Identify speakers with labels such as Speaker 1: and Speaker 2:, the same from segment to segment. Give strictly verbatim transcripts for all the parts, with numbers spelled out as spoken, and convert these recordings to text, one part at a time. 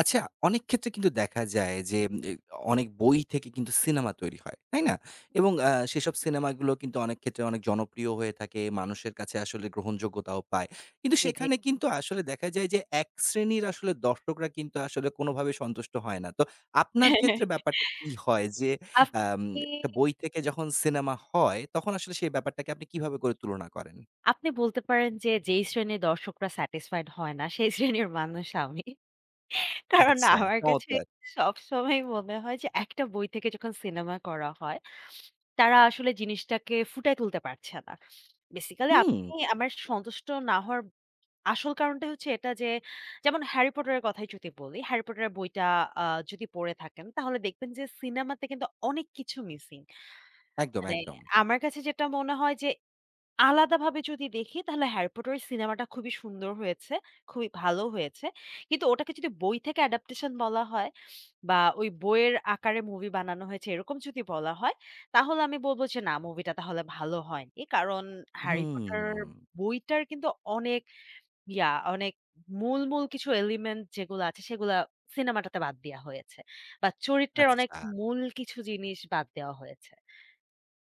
Speaker 1: আচ্ছা, অনেক ক্ষেত্রে কিন্তু দেখা যায় যে উম এ অনেক বই থেকে কিন্তু সিনেমা তৈরি হয়। তাই না? এবং আ সেসব সিনেমাগুলো কিন্তু অনেক ক্ষেত্রে অনেক জনপ্রিয় হয়ে থাকে। মানুষের কাছে আসলে গ্রহণযোগ্যতাও পায়। কিন্তু
Speaker 2: জি, জি।
Speaker 1: সেখানে কিন্তু আসলে দেখা যায় যে এক শ্রেণীর আসলে দর্শকরা কিন্তু আসলে কোনোভাবে সন্তুষ্ট হয় না। তো আপনার ক্ষেত্রে ব্যাপারটা কি হয় যে
Speaker 2: আপনি
Speaker 1: আম একটা বই থেকে যখন সিনেমা হয় তখন আসলে সেই ব্যাপারটাকে আপনি কিভাবে করে তুলনা করেন?
Speaker 2: আপনি বলতে পারেন যে, যেই শ্রেণীর দর্শকরা স্যাটিসফাইড হয় না, সেই শ্রেণীর মানুষ আমি। কারণ
Speaker 1: আচ্ছা,
Speaker 2: আমার কাছে
Speaker 1: চমৎকার!
Speaker 2: সবসময়ই মনে হয় যে, একটা বই থেকে যখন সিনেমা করা হয়, তারা আসলে জিনিসটাকে ফুটায় তুলতে পারছে না। বেসিক্যালি
Speaker 1: হুম,
Speaker 2: আপনি আমার সন্তুষ্ট না হওয়ার আসল কারণটাই হচ্ছে এটা যে, যেমন 'হ্যারি পটার' এর কথাই যদি বলি, 'হ্যারি পটার' এর বইটা আ যদি পড়ে থাকেন, তাহলে দেখবেন যে সিনেমাতে কিন্তু অনেক কিছু মিসিং।
Speaker 1: একদম,
Speaker 2: মানে
Speaker 1: একদম।
Speaker 2: আমার কাছে যেটা মনে হয় যে আলাদাভাবে যদি দেখি তাহলে 'হ্যারি পটার' সিনেমাটা খুবই সুন্দর হয়েছে, খুবই ভালো হয়েছে। কিন্তু ওটাকে যদি বই থেকে অ্যাডাপ্টেশন বলা হয় বা ওই বইয়ের আকারে মুভি বানানো হয়েছে এরকম যদি বলা হয়, তাহলে আমি বলব যে না মুভিটা তাহলে ভালো হয়নি। কারণ 'হ্যারি পটার'
Speaker 1: হুম,
Speaker 2: বইটার কিন্তু অনেক ইয়া অনেক মূল, মূল কিছু এলিমেন্ট যেগুলো আছে সেগুলা সিনেমাটাতে বাদ দেয়া হয়েছে। বা চরিত্রের অনেক
Speaker 1: আচ্ছা।
Speaker 2: মূল কিছু জিনিস বাদ দেওয়া হয়েছে।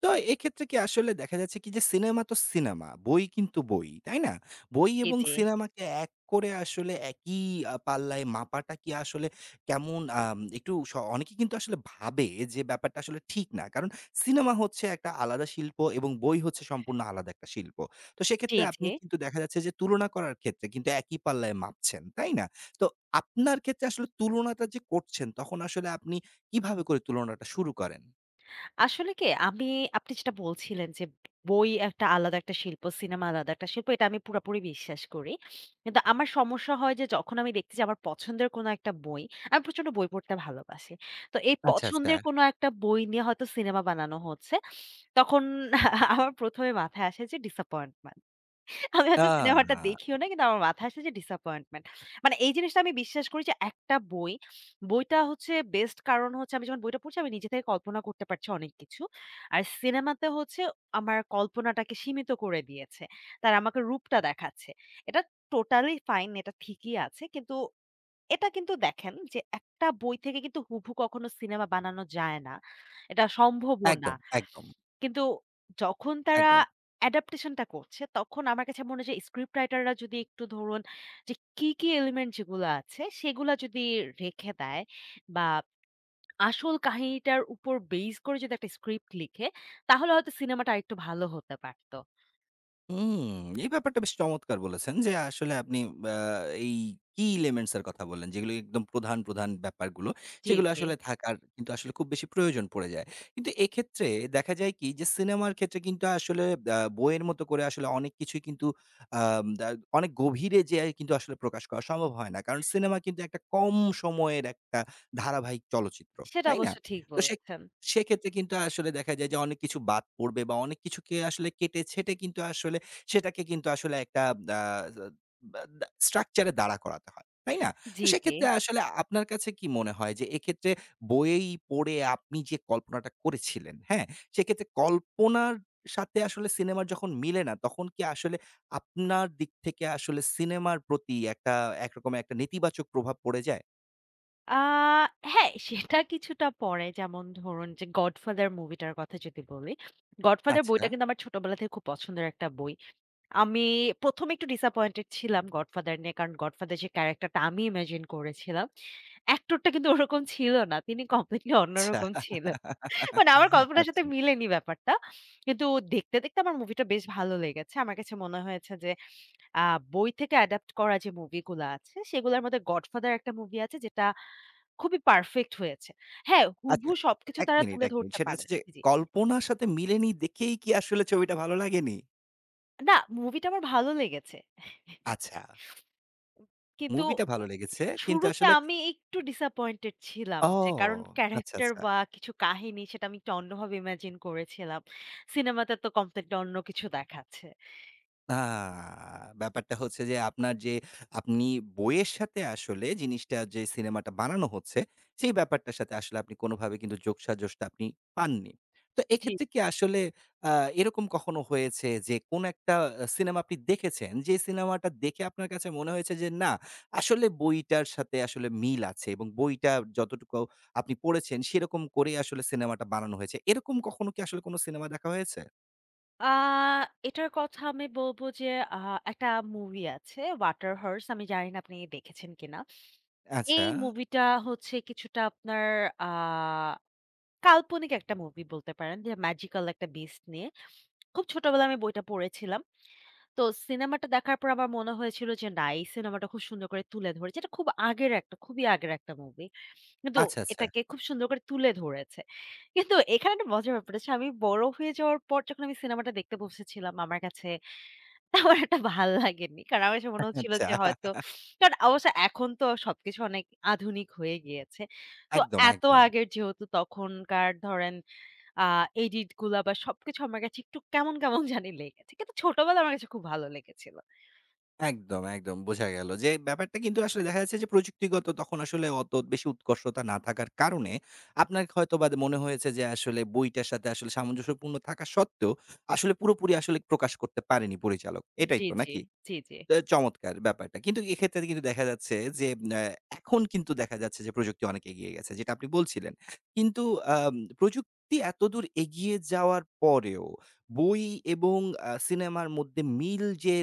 Speaker 1: তো এক্ষেত্রে কি আসলে দেখা যাচ্ছে কি যে সিনেমা তো সিনেমা, বই কিন্তু বই, তাই না? বই
Speaker 2: জি,
Speaker 1: এবং
Speaker 2: জি।
Speaker 1: সিনেমাকে এক করে আসলে একই আ পাল্লায় মাপাটা কি আসলে কেমন আম একটু স অনেকে কিন্তু আসলে ভাবে যে ব্যাপারটা আসলে ঠিক না। কারণ সিনেমা হচ্ছে একটা আলাদা শিল্প এবং বই হচ্ছে সম্পূর্ণ আলাদা একটা শিল্প। তো
Speaker 2: জি,
Speaker 1: সেক্ষেত্রে আপনি
Speaker 2: জি।
Speaker 1: কিন্তু দেখা যাচ্ছে যে তুলনা করার ক্ষেত্রে কিন্তু একই পাল্লায় মাপছেন, তাই না? তো আপনার ক্ষেত্রে আসলে তুলনাটা যে করছেন তখন আসলে আপনি কিভাবে করে তুলনাটা শুরু করেন?
Speaker 2: আসলে কি আমি আপনি যেটা বলছিলেন যে বই একটা আলাদা একটা শিল্প, সিনেমা আলাদা একটা শিল্প এটা আমি পুরাপুরি বিশ্বাস করি। কিন্তু আমার সমস্যা হয় যে যখন আমি দেখছি যে আমার পছন্দের কোনো একটা বই, আমি প্রচন্ড বই পড়তে ভালোবাসি। তো এই
Speaker 1: আচ্ছা, আচ্ছা।
Speaker 2: পছন্দের কোনো একটা বই নিয়ে হয়তো সিনেমা বানানো হচ্ছে। তখন আমার প্রথম এ মাথায় আসে যে ডিসঅ্যাপয়েন্টমেন্ট। আমি হয়তো সিনেমাটা
Speaker 1: আ
Speaker 2: দেখিও নাই। কিন্তু আমার মাথায় আসে যে ডিসঅ্যাপয়েন্টমেন্ট। মানে এই জিনিসটা আমি বিশ্বাস করি যে একটা বই, বইটা হচ্ছে বেস্ট কারণ হচ্ছে আমি যখন বইটা পড়ছি আমি নিজে থেকে কল্পনা করতে পারছি অনেক কিছু। আর সিনেমাতে হচ্ছে আমার কল্পনাটাকে সীমিত করে দিয়েছে। তারা আমাকে রূপটা দেখাচ্ছে। এটা টোটালি ফাইন, এটা ঠিকই আছে। কিন্তু এটা কিন্তু দেখেন যে একটা বই থেকে কিন্তু হুবহু কখনো সিনেমা বানানো যায় না। এটা সম্ভবও না।
Speaker 1: একদম, একদম,
Speaker 2: কিন্তু যখন তারা
Speaker 1: একদম।
Speaker 2: অ্যাডাপ্টেশন টা করছে, তখন আমার কাছে মনে হয় যে স্ক্রিপ্ট রাইটাররা যদি একটু ধরুন যে কি, কি এলিমেন্ট যেগুলো আছে, সেগুলা যদি রেখে দেয় বা আসল কাহিনীটার উপর বেস করে যদি একটা স্ক্রিপ্ট লিখে, তাহলে হয়তো সিনেমাটা আরেকটু ভালো হতে পারত।
Speaker 1: হুম, এই ব্যাপারটা বেশ চমৎকার বলেছেন যে আসলে আপনি আ এই কি এলিমেন্টস এর কথা বললেন যেগুলো একদম প্রধান, প্রধান ব্যাপারগুলো
Speaker 2: জি,
Speaker 1: সেগুলো
Speaker 2: জি।
Speaker 1: আসলে থাকার কিন্তু আসলে খুব বেশি প্রয়োজন পড়ে যায়। কিন্তু এক্ষেত্রে দেখা যায় কি যে সিনেমার ক্ষেত্রে কিন্তু আসলে আ বইয়ের মতো করে আসলে অনেক কিছুই কিন্তু আম দা অনেক গভীরে যেয়ে কিন্তু আসলে প্রকাশ করা সম্ভব হয় না। কারণ সিনেমা কিন্তু একটা কম সময়ের একটা ধারাবাহিক চলচ্চিত্র।
Speaker 2: সেটা
Speaker 1: তাই না?
Speaker 2: অবশ্য ঠিক
Speaker 1: তো সে
Speaker 2: বলেছেন।
Speaker 1: সেক্ষেত্রে কিন্তু আসলে দেখা যায় যে অনেক কিছু বাদ পড়বে বা অনেক কিছুকে আসলে কেটে ছেঁটে কিন্তু আসলে সেটাকে কিন্তু আসলে একটা আ বা দা স্ট্রাকচার এ দাঁড়া করাতে হয়। তাই না? তো
Speaker 2: জি, জি।
Speaker 1: সেক্ষেত্রে আসলে আপনার কাছে কি মনে হয় যে এক্ষেত্রে বইয়েই পড়ে আপনি যে কল্পনাটা করেছিলেন, হ্যাঁ? সেক্ষেত্রে কল্পনার সাথে আসলে সিনেমার যখন মিলে না তখন কি আসলে আপনার দিক থেকে আসলে সিনেমার প্রতি একটা একরকম একটা নেতিবাচক প্রভাব পড়ে যায়?
Speaker 2: আ হ্যাঁ, সেটা কিছুটা পরে যেমন ধরুন যে 'গডফাদার' মুভিটার কথা যদি বলি। 'গডফাদার'
Speaker 1: আচ্ছা,
Speaker 2: বইটা কিন্তু আমার ছোটবেলা থেকে খুব পছন্দের একটা বই। আমি প্রথম এ একটু disappointed ছিলাম 'গডফাদার' নিয়ে। কারণ 'গডফাদার' যে ক্যারেক্টারটা আমি ইমাজিন করেছিলাম, অ্যাক্টর টা কিন্তু ওরকম ছিল না। তিনি কমপ্লিটলি
Speaker 1: আচ্ছা।
Speaker 2: অন্যরকম ছিল। মানে আমার কল্পনার
Speaker 1: আচ্ছা,
Speaker 2: সাথে মিলেনি ব্যাপারটা। কিন্তু দেখতে, দেখতে আমার মুভিটা বেশ ভালো লেগেছে। আমার কাছে মনে হয়েছে যে আ বই থেকে অ্যাডাপ্ট করা যে মুভিগুলা আছে, সেগুলোর মধ্যে 'গডফাদার' একটা মুভি আছে যেটা খুবই পারফেক্ট হয়েছে। হ্যাঁ,
Speaker 1: আচ্ছা।
Speaker 2: হুবহু সবকিছু
Speaker 1: এক
Speaker 2: তারা
Speaker 1: মিনিট,
Speaker 2: তুলে
Speaker 1: এক মিনিট।
Speaker 2: ধরতে
Speaker 1: সেটা হচ্ছে যে
Speaker 2: পারেনি। জি, জি।
Speaker 1: কল্পনার সাথে মিলেনি দেখেই কি আসলে ছবিটা ভালো লাগেনি?
Speaker 2: না, মুভিটা আমার ভালো লেগেছে।
Speaker 1: আচ্ছা,
Speaker 2: কিন্তু
Speaker 1: মুভিটা
Speaker 2: ও
Speaker 1: ভালো লেগেছে। কিন্তু
Speaker 2: শুরুতে
Speaker 1: আসলে
Speaker 2: আমি একটু ডিসঅ্যাপয়েন্টেড ছিলাম
Speaker 1: ও!
Speaker 2: যে কারণ
Speaker 1: আচ্ছা,
Speaker 2: ক্যারেক্টার
Speaker 1: আচ্ছা।
Speaker 2: বা কিছু কাহিনী সেটা আমি একটু অন্যভাবে ইমাজিন করেছিলাম। সিনেমাতে তো কমপ্লিটলি অন্য কিছু দেখাচ্ছে।
Speaker 1: আ ব্যাপারটা হচ্ছে যে আপনার যে আপনি বইয়ের সাথে আসলে জিনিসটা যে সিনেমাটা বানানো হচ্ছে, সেই ব্যাপারটার সাথে আসলে আপনি কোনোভাবে কিন্তু যোগসাজশটা আপনি পাননি। তো
Speaker 2: জি।
Speaker 1: এক্ষেত্রে কি আসলে আ এরকম কখনো হয়েছে যে কোন একটা আ সিনেমা আপনি দেখেছেন, যে সিনেমাটা দেখে আপনার কাছে মনে হয়েছে যে না, আসলে বইটার সাথে আসলে মিল আছে এবং বইটা যতটুকু আপনি পড়েছেন সেরকম করেই আসলে সিনেমাটা বানানো হয়েছে। এরকম কখনো কি আসলে কোনো সিনেমা দেখা হয়েছে?
Speaker 2: আ এটার কথা আমি বলব যে আ একটা মুভি আছে 'Water Horse' আমি জানি না আপনি দেখেছেন কিনা?
Speaker 1: আচ্ছা।
Speaker 2: এই মুভিটা হচ্ছে কিছুটা আপনার আ কাল্পনিক একটা মুভি বলতে পারেন যে ম্যাজিক্যাল একটা বিস্ট নিয়ে। খুব ছোটবেলায় আমি বইটা পড়েছিলাম। তো সিনেমাটা দেখার পর আমার মনে হয়েছিল যে না এই সিনেমাটা খুব সুন্দর করে তুলে ধরেছে। এটা খুব আগের একটা খুবই আগের একটা মুভি। কিন্তু
Speaker 1: আচ্ছা, আচ্ছা,
Speaker 2: এটাকে খুব সুন্দর করে তুলে ধরেছে। কিন্তু এখানে একটা মজার ব্যাপার আছে আমি বড় হয়ে যাওয়ার পর যখন আমি সিনেমাটা দেখতে বসেছিলাম আমার কাছে তেমন একটা ভাল লাগেনি। কারণ আমার কাছে মনে হচ্ছিল যে
Speaker 1: আচ্ছা।
Speaker 2: হয়তো কারণ অবশ্য এখন তো সবকিছু অনেক আধুনিক হয়ে গিয়েছে। তো
Speaker 1: একদম,
Speaker 2: এত
Speaker 1: একদম।
Speaker 2: আগের যেহেতু তখনকার ধরেন আ এডিট গুলা বা সবকিছু আমার কাছে একটু কেমন, কেমন জানি লেগেছে। কিন্তু ছোটবেলায় আমার কাছে খুব ভালো লেগেছিল।
Speaker 1: একদম, একদম বোঝা গেল যে ব্যাপারটা কিন্তু আসলে দেখা যাচ্ছে যে প্রযুক্তিগত তখন আসলে অত বেশি উৎকর্ষতা না থাকার কারণে আপনার হয়তোবা মনে হয়েছে যে আসলে বইটার সাথে আসলে সামঞ্জস্যপূর্ণ থাকা সত্ত্বেও আসলে পুরোপুরি আসলে প্রকাশ করতে পারেনি পরিচালক। এটাই
Speaker 2: জি,
Speaker 1: তো
Speaker 2: জি,
Speaker 1: নাকি?
Speaker 2: জি, জি।
Speaker 1: অ্যা চমৎকার ব্যাপারটা। কিন্তু এক্ষেত্রে কিন্তু দেখা যাচ্ছে যে অ্যা এখন কিন্তু দেখা যাচ্ছে যে প্রযুক্তি অনেক এগিয়ে গেছে যেটা আপনি বলছিলেন। কিন্তু আম প্রযুক্তি এতদূর এগিয়ে যাওয়ার পরেও বই এবং আ সিনেমার মধ্যে মিল যে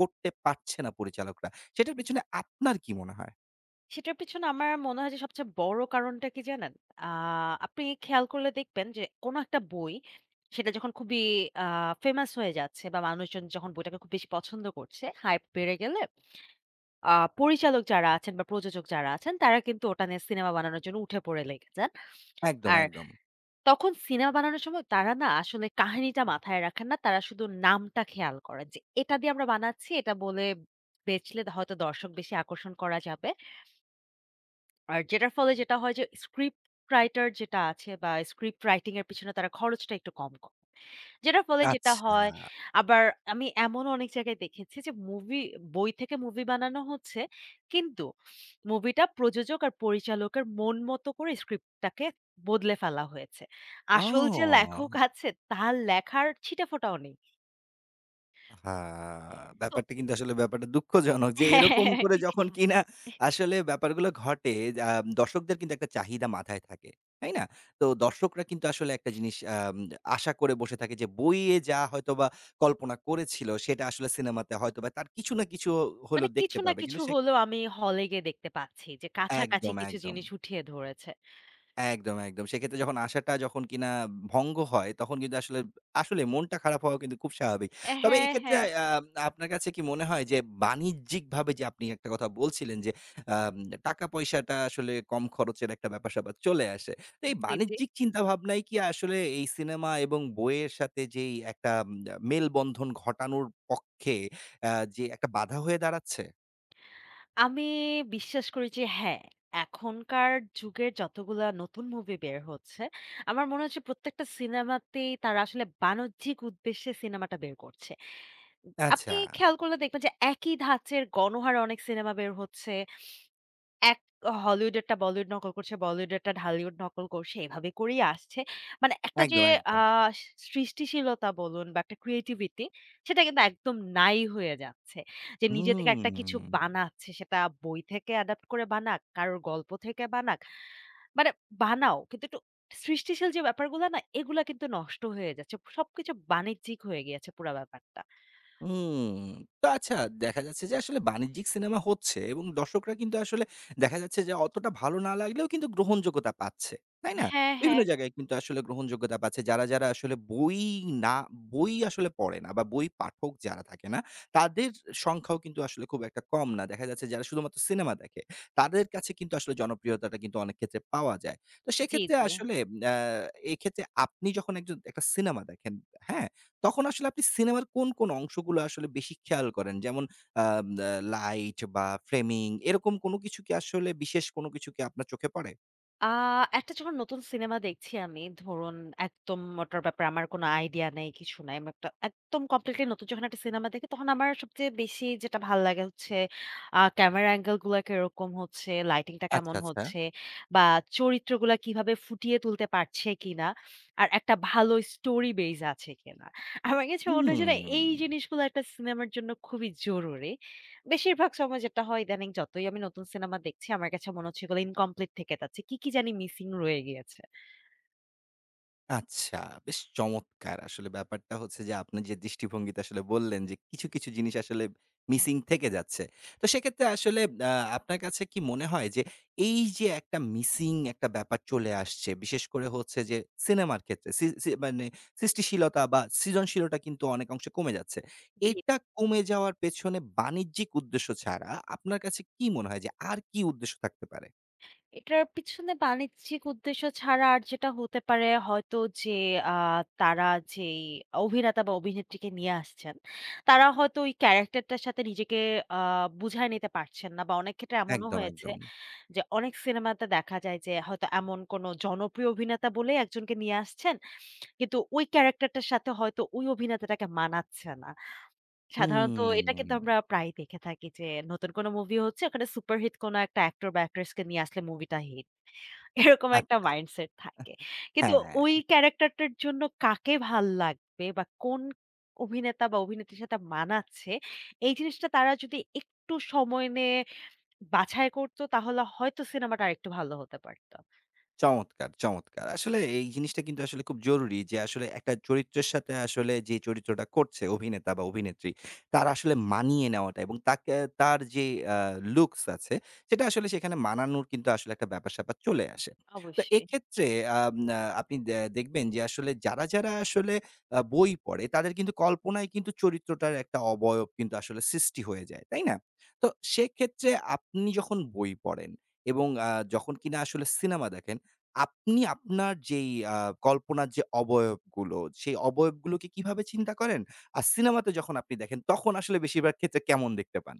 Speaker 1: করতে পারছে না পরিচালকরা, সেটার পেছনে আপনার কি মনে হয়?
Speaker 2: সেটার পেছনে আমার মনে হয় যে সবচেয়ে বড় কারণটা কি জানেন? আ আপনি খেয়াল করলে দেখবেন যে কোন একটা বই সেটা যখন খুবই আ ফেমাস হয়ে যাচ্ছে বা মানুষজন যখন বইটাকে খুব বেশি পছন্দ করছে, হাইপ বেড়ে গেলে আ পরিচালক যারা আছেন বা প্রযোজক যারা আছেন তারা কিন্তু ওটা নিয়ে সিনেমা বানানোর জন্য উঠে পড়ে লেগে যান।
Speaker 1: একদম,
Speaker 2: আর
Speaker 1: একদম।
Speaker 2: তখন সিনেমা বানানোর সময় তারা না আসলে কাহিনীটা মাথায় রাখেন না। তারা শুধু নামটা খেয়াল করেন যে এটা দিয়ে আমরা বানাচ্ছি, এটা বলে বেচলে হয়তো দর্শক বেশি আকর্ষণ করা যাবে। আর যেটার ফলে যেটা হয় যে স্ক্রিপ্ট রাইটার যেটা আছে বা স্ক্রিপ্ট রাইটিং এর পিছনে তারা খরচটা একটু কম করে। যেটার ফলে যেটা
Speaker 1: আচ্ছা।
Speaker 2: হয় আবার আমি এমন অনেক জায়গায় দেখেছি যে মুভি বই থেকে মুভি বানানো হচ্ছে কিন্তু মুভিটা প্রযোজক আর পরিচালকের মন মতো করে স্ক্রিপ্টটাকে বদলে ফেলা হয়েছে।
Speaker 1: ও!
Speaker 2: আসল যে লেখক আছে তার লেখার ছিটেফোঁটাও নেই।
Speaker 1: হ্যাঁ,
Speaker 2: তো
Speaker 1: ব্যাপারটা কিন্তু আসলে ব্যাপারটা দুঃখজনক যে এরকম করে যখন কিনা আসলে ব্যাপারগুলো ঘটে আ দর্শকদের কিন্তু একটা চাহিদা মাথায় থাকে। তাই না? তো দর্শকরা কিন্তু আসলে একটা জিনিস আম আশা করে বসে থাকে যে বইয়ে যা হয়তোবা কল্পনা করেছিল সেটা আসলে সিনেমাতে হয়তোবা তার কিছু না কিছু
Speaker 2: মানে
Speaker 1: হলেও দেখতে
Speaker 2: কিছু না
Speaker 1: পাবে।
Speaker 2: কিছু
Speaker 1: কিন্তু সে
Speaker 2: হলেও আমি হলে গিয়ে দেখতে পাচ্ছি যে কাছাকাছি
Speaker 1: একদম,
Speaker 2: কিছু
Speaker 1: একদম।
Speaker 2: জিনিস উঠিয়ে ধরেছে।
Speaker 1: একদম, একদম। সেক্ষেত্রে যখন আশাটা যখন কিনা ভঙ্গ হয়, তখন কিন্তু আসলে, আসলে মনটা খারাপ হওয়া কিন্তু খুব স্বাভাবিক।
Speaker 2: অ্যা
Speaker 1: তবে
Speaker 2: হ্যাঁ,
Speaker 1: এক্ষেত্রে
Speaker 2: হ্যাঁ।
Speaker 1: আ আপনার কাছে কি মনে হয় যে বাণিজ্যিকভাবে যে আপনি একটা কথা বলছিলেন যে, আম টাকা-পয়সাটা আসলে কম খরচের একটা ব্যাপার-স্যাপার চলে আসে। তো এই
Speaker 2: জি, জি।
Speaker 1: বাণিজ্যিক চিন্তাভাবনাই কি আসলে এই সিনেমা এবং বইয়ের সাথে যেই একটা উম মেলবন্ধন ঘটানোর পক্ষে আ যে একটা বাধা হয়ে দাঁড়াচ্ছে?
Speaker 2: আমি বিশ্বাস করি যে হ্যাঁ, এখনকার যুগের যতগুলা নতুন মুভি বের হচ্ছে, আমার মনে হচ্ছে প্রত্যেকটা সিনেমাতেই তারা আসলে বাণিজ্যিক উদ্দেশ্যে সিনেমাটা বের করছে। আপনি
Speaker 1: আচ্ছা।
Speaker 2: খেয়াল করলে দেখবেন যে একই ধাঁচের গণহারে অনেক সিনেমা বের হচ্ছে। এক হলিউডেরটা বলিউড নকল করছে, বলিউডেরটা ঢালিউড নকল করছে। এভাবে করেই আসছে। মানে একটা যে
Speaker 1: একদম,
Speaker 2: আ
Speaker 1: একদম।
Speaker 2: সৃষ্টিশীলতা বলুন বা একটা ক্রিয়েটিভিটি সেটা কিন্তু একদম নাই হয়ে যাচ্ছে। যে নিজে থেকে একটা
Speaker 1: হুম।
Speaker 2: কিছু বানাচ্ছে সেটা বই থেকে অ্যাডাপ্ট করে বানাক, কারোর গল্প থেকে বানাক। মানে বানাও কিন্তু একটু সৃষ্টিশীল যে ব্যাপারগুলা না এগুলা কিন্তু নষ্ট হয়ে যাচ্ছে। সবকিছু বাণিজ্যিক হয়ে গিয়েছে পুরা ব্যাপারটা।
Speaker 1: হুম। তো আচ্ছা দেখা যাচ্ছে যে আসলে বাণিজ্যিক সিনেমা হচ্ছে এবং দর্শকরা কিন্তু আসলে দেখা যাচ্ছে যে অতটা ভালো না লাগলেও কিন্তু গ্রহণযোগ্যতা পাচ্ছে। তাই না?
Speaker 2: হ্যাঁ,
Speaker 1: বিভিন্ন
Speaker 2: হ্যাঁ।
Speaker 1: জায়গায় কিন্তু আসলে গ্রহণযোগ্যতা পাচ্ছে। যারা, যারা আসলে বই না বই আসলে পড়ে না বা বই পাঠক যারা থাকে না, তাদের সংখ্যাও কিন্তু আসলে খুব একটা কম না। দেখা যাচ্ছে যারা শুধুমাত্র সিনেমা দেখে, তাদের কাছে কিন্তু আসলে জনপ্রিয়তাটা কিন্তু অনেক ক্ষেত্রে পাওয়া যায়। তো
Speaker 2: জি,
Speaker 1: সেক্ষেত্রে
Speaker 2: জি।
Speaker 1: আসলে আ এক্ষেত্রে আপনি যখন একজন একটা সিনেমা দেখেন, হ্যাঁ? তখন আসলে আপনি সিনেমার কোন, কোন অংশগুলো আসলে বেশি খেয়াল করেন? যেমন আম আ লাইট বা ফ্রেমিং এরকম কোনো কিছু কি আসলে বিশেষ কোনো কিছু কি আপনার চোখে পড়ে?
Speaker 2: আ একটা যখন নতুন সিনেমা দেখছি আমি, ধরুন একদম ওটার ব্যাপারে আমার কোনো আইডিয়া নেই, কিছু নাই। আমি একটা একদম কমপ্লিটলি নতুন যখন একটা সিনেমা দেখি, তখন আমার সবচেয়ে বেশি যেটা ভাল লাগে হচ্ছে আ ক্যামেরা অ্যাঙ্গেল গুলা কিরকম হচ্ছে, লাইটিংটা
Speaker 1: আচ্ছা,
Speaker 2: কেমন
Speaker 1: আচ্ছা।
Speaker 2: হচ্ছে বা চরিত্রগুলা কিভাবে ফুটিয়ে তুলতে পারছে কিনা, আর একটা ভালো স্টোরি বেস আছে কিনা। আমার কাছে মনে হয় যে না, এই
Speaker 1: হুম।
Speaker 2: জিনিসগুলো একটা সিনেমার জন্য খুবই জরুরি। বেশিরভাগ সময় যেটা হয় ইদানিং যতই আমি নতুন সিনেমা দেখছি আমার কাছে মনে হচ্ছে এগুলো ইনকমপ্লিট থেকে যাচ্ছে। কি, কি জানি মিসিং রয়ে গিয়েছে।
Speaker 1: আচ্ছা, বেশ চমৎকার! আসলে ব্যাপারটা হচ্ছে যে আপনি যে দৃষ্টিভঙ্গিতে আসলে বললেন যে কিছু, কিছু জিনিস আসলে মিসিং থেকে যাচ্ছে। তো সেক্ষেত্রে আসলে আ আপনার কাছে কি মনে হয় যে এই যে একটা মিসিং একটা ব্যাপার চলে আসছে, বিশেষ করে হচ্ছে যে সিনেমার ক্ষেত্রে সি সি মানে সৃষ্টিশীলতা বা সৃজনশীলতা কিন্তু অনেক অংশে কমে যাচ্ছে।
Speaker 2: জি।
Speaker 1: এটা কমে যাওয়ার পেছনে বাণিজ্যিক উদ্দেশ্য ছাড়া আপনার কাছে কি মনে হয় যে আর কি উদ্দেশ্য থাকতে পারে?
Speaker 2: এটার পিছনে বাণিজ্যিক উদ্দেশ্য ছাড়া আর যেটা হতে পারে হয়তো যে আ তারা যেই অভিনেতা বা অভিনেত্রীকে নিয়ে আসছেন, তারা হয়তো ওই ক্যারাক্টারটার সাথে নিজেকে আ বুঝায় নিতে পারছেন না বা অনেক ক্ষেত্রে এমনও
Speaker 1: একদম,
Speaker 2: হয়েছে
Speaker 1: একদম।
Speaker 2: যে অনেক সিনেমাতে দেখা যায় যে হয়তো এমন কোনো জনপ্রিয় অভিনেতা বলে একজনকে নিয়ে আসছেন। কিন্তু ওই ক্যারাক্টারটার সাথে হয়তো ওই অভিনেতাটাকে মানাচ্ছে না। হুম। সাধারণত এটা
Speaker 1: হুম।
Speaker 2: কিন্তু আমরা প্রায়ই দেখে থাকি যে নতুন কোনো মুভি হচ্ছে ওখানে সুপারহিট কোনো একটা অ্যাক্টর বা অ্যাক্ট্রেসকে নিয়ে আসলে মুভিটা হিট। এরকম একটা
Speaker 1: আচ্ছা,
Speaker 2: মাইন্ডসেট থাকে। কিন্তু
Speaker 1: হ্যাঁ।
Speaker 2: ওই ক্যারাক্টারটার জন্য কাকে ভাল লাগবে বা কোন অভিনেতা বা অভিনেত্রীর সাথে মানাচ্ছে, এই জিনিসটা তারা যদি একটু সময় নিয়ে বাছাই করত তাহলে হয়তো সিনেমাটা আরেকটু ভালো হতে পারত।
Speaker 1: চমৎকার, চমৎকার। আসলে এই জিনিসটা কিন্তু আসলে খুব জরুরি যে আসলে একটা চরিত্রের সাথে আসলে যে চরিত্রটা করছে অভিনেতা বা অভিনেত্রী, তার আসলে মানিয়ে নেওয়াটা এবং তাকে তার যে আ লুকস আছে সেটা আসলে সেখানে মানানোর কিন্তু আসলে একটা ব্যাপার-স্যাপার চলে আসে। তো
Speaker 2: অবশ্যই।
Speaker 1: এক্ষেত্রে আম আ আপনি দে দেখবেন যে আসলে যারা, যারা আসলে আ বই পড়ে তাদের কিন্তু কল্পনায় কিন্তু চরিত্রটার একটা অবয়ব কিন্তু আসলে সৃষ্টি হয়ে যায়। তাই না? তো সেক্ষেত্রে আপনি যখন বই পড়েন এবং আ যখন কিনা আসলে সিনেমা দেখেন আপনি আপনার যেই আ কল্পনার যে অবয়বগুলো, সেই অবয়বগুলোকে কিভাবে চিন্তা করেন? আর সিনেমাতে যখন আপনি দেখেন, তখন আসলে বেশিরভাগ ক্ষেত্রে কেমন দেখতে পান?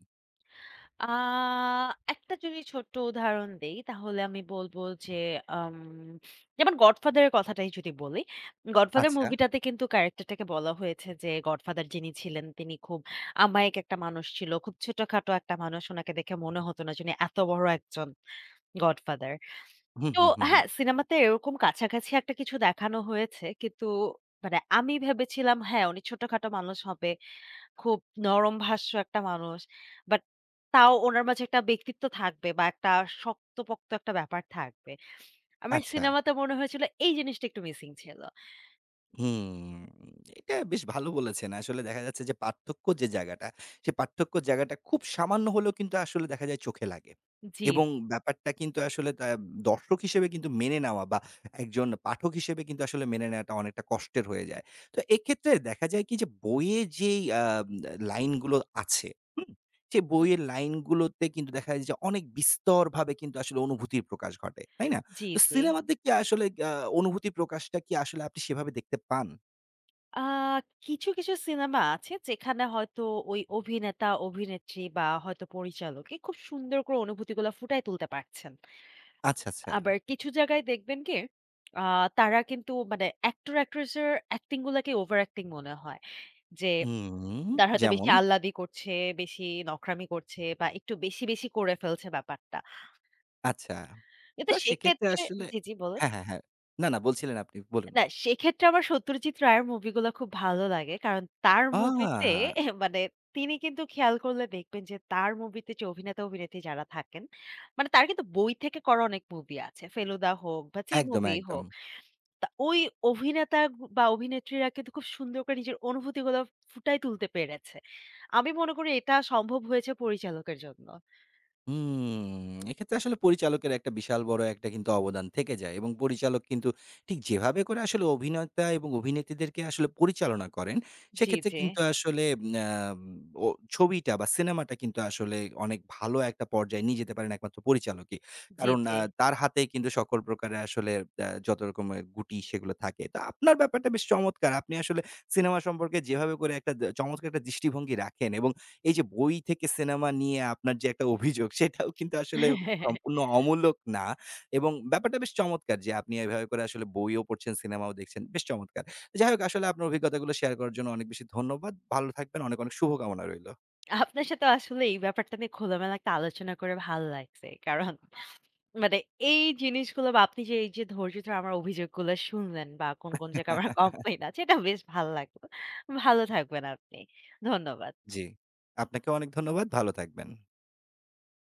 Speaker 2: আ একটা যদি ছোট্ট উদাহরণ দেই তাহলে আমি বলব যে আম যেমন 'গডফাদার' এর কথাটাই যদি বলি। 'গডফাদার'
Speaker 1: আচ্ছা।
Speaker 2: মুভিটাতে কিন্তু ক্যারেক্টারটাকে বলা হয়েছে যে গডফাদার যিনি ছিলেন তিনি খুব আমায়িক একটা মানুষ ছিল। খুব ছোটখাটো একটা মানুষ। উনাকে দেখে মনে হতো না যে উনি এত বড় একজন গডফাদার।
Speaker 1: হুম,
Speaker 2: তো
Speaker 1: হুম, হুম, হুম।
Speaker 2: হ্যাঁ, সিনেমাতে এরকম কাছাকাছি একটা কিছু দেখানো হয়েছে। কিন্তু মানে আমি ভেবেছিলাম হ্যাঁ, উনি ছোটখাটো মানুষ হবে। খুব নরমভাষ্য একটা মানুষ। বাট তাও উনার মাঝে একটা ব্যক্তিত্ব থাকবে বা একটা শক্তপোক্ত একটা ব্যাপার থাকবে। আমার
Speaker 1: আচ্ছা।
Speaker 2: সিনেমাতে মনে হয়েছিল এই জিনিসটা একটু মিসিং ছিল।
Speaker 1: হুম, এটা বেশ ভালো বলেছেন। আসলে দেখা যাচ্ছে যে পার্থক্য যে জায়গাটা, সে পার্থক্যর জায়গাটা খুব সামান্য হলেও কিন্তু আসলে দেখা যায় চোখে লাগে।
Speaker 2: জি,
Speaker 1: এবং
Speaker 2: জি।
Speaker 1: ব্যাপারটা কিন্তু আসলে তা দর্শক হিসেবে কিন্তু মেনে নেওয়া বা একজন পাঠক হিসেবে কিন্তু আসলে মেনে নেওয়াটা অনেকটা কষ্টের হয়ে যায়। তো এক্ষেত্রে দেখা যায় কি যে বইয়ে যেই আ লাইনগুলো আছে, হুম? সেই
Speaker 2: হুম।
Speaker 1: বইয়ের লাইনগুলোতে কিন্তু দেখা যায় যে অনেক বিস্তরভাবে কিন্তু আসলে অনুভূতির প্রকাশ ঘটে। তাই না?
Speaker 2: জি,
Speaker 1: তো
Speaker 2: জি।
Speaker 1: সিনেমাতে কি আসলে আ অনুভূতি প্রকাশটা কি আসলে আপনি সেভাবে দেখতে পান?
Speaker 2: আ কিছু, কিছু সিনেমা আছে যেখানে হয়তো ওই অভিনেতা, অভিনেত্রী বা হয়তো পরিচালকে খুব সুন্দর করে অনুভূতিগুলা ফুটায় তুলতে পারছেন।
Speaker 1: আচ্ছা, আচ্ছা।
Speaker 2: আবার কিছু জায়গায় দেখবেন কি আ তারা কিন্তু মানে অ্যাক্টর, অ্যাক্ট্রেস এর অ্যাক্টিং গুলাকে ওভার অ্যাক্টিং মনে হয়। যে
Speaker 1: হুম,
Speaker 2: তার হয়তো
Speaker 1: যেমন?
Speaker 2: বেশি আহ্লাদি করছে, বেশি নখরামি করছে বা একটু বেশি, বেশি করে ফেলছে ব্যাপারটা।
Speaker 1: আচ্ছা।
Speaker 2: কিন্তু
Speaker 1: তো সেক্ষেত্রে
Speaker 2: সেক্ষেত্রে
Speaker 1: আসলে
Speaker 2: জি, জি বলুন।
Speaker 1: হ্যাঁ, হ্যাঁ, হ্যাঁ। না, না বলছিলেন আপনি, বলুন।
Speaker 2: না সেক্ষেত্রে আমার সত্যজিৎ রায়ের মুভিগুলা খুব ভালো লাগে। কারণ তার মুভিতে
Speaker 1: আ
Speaker 2: মানে তিনি কিন্তু খেয়াল করলে দেখবেন যে তার মুভিতে যে অভিনেতা-অভিনেত্রী যারা থাকেন, মানে তার কিন্তু বই থেকে করা অনেক মুভি আছে। ফেলুদা হোক বা যে
Speaker 1: একদম,
Speaker 2: মুভি
Speaker 1: একদম।
Speaker 2: হোক। তা ওই অভিনেতা গু- বা অভিনেত্রীরা কিন্তু খুব সুন্দর করে নিজের অনুভূতিগুলো ফুটায় তুলতে পেরেছে। আমি মনে করি এটা সম্ভব হয়েছে পরিচালকের জন্য।
Speaker 1: হুম, এক্ষেত্রে আসলে পরিচালকের একটা বিশাল বড় একটা কিন্তু অবদান থেকে যায় এবং পরিচালক কিন্তু ঠিক যেভাবে করে আসলে অভিনেতা এবং অভিনেত্রীদেরকে আসলে পরিচালনা করেন,
Speaker 2: জি,
Speaker 1: সেক্ষেত্রে
Speaker 2: জি।
Speaker 1: কিন্তু আসলে আম ও ছবিটা বা সিনেমাটা কিন্তু আসলে অনেক ভালো একটা পর্যায়ে নিয়ে যেতে পারেন একমাত্র পরিচালকই।
Speaker 2: জি,
Speaker 1: কারণ
Speaker 2: জি।
Speaker 1: আ তার হাতেই কিন্তু সকল প্রকারের আসলে আ যত রকমের গুটি সেগুলো থাকে। তো আপনার ব্যাপারটা বেশ চমৎকার। আপনি আসলে সিনেমা সম্পর্কে যেভাবে করে একটা দ চমৎকার একটা দৃষ্টিভঙ্গি রাখেন এবং এই যে বই থেকে সিনেমা নিয়ে আপনার যে একটা অভিযোগ সেটাও কিন্তু আসলে সম্পূর্ণ অমূলক না এবং ব্যাপারটা বেশ চমৎকার যে আপনি এভাবে করে আসলে বইও পড়ছেন, সিনেমাও দেখছেন। বেশ চমৎকার। যাই হোক আসলে আপনার অভিজ্ঞতাগুলো শেয়ার করার জন্য অনেক বেশি ধন্যবাদ। ভালো থাকবেন। অনেক, অনেক শুভকামনা রইল।
Speaker 2: আপনার সাথে আসলে এই ব্যাপারটা নিয়ে খোলামেলা একটা আলোচনা করে ভালো লাগছে। কারণ মানে এই জিনিসগুলো বা আপনি যে এই যে ধৈর্য ধরে আমার অভিযোগগুলো শুনলেন বা কোন, কোন জায়গায় আমার কমপ্লেইন আছে এটা বেশ ভালো লাগলো। ভালো থাকবেন আপনি। ধন্যবাদ।
Speaker 1: জি। আপনাকেও অনেক ধন্যবাদ। ভালো থাকবেন।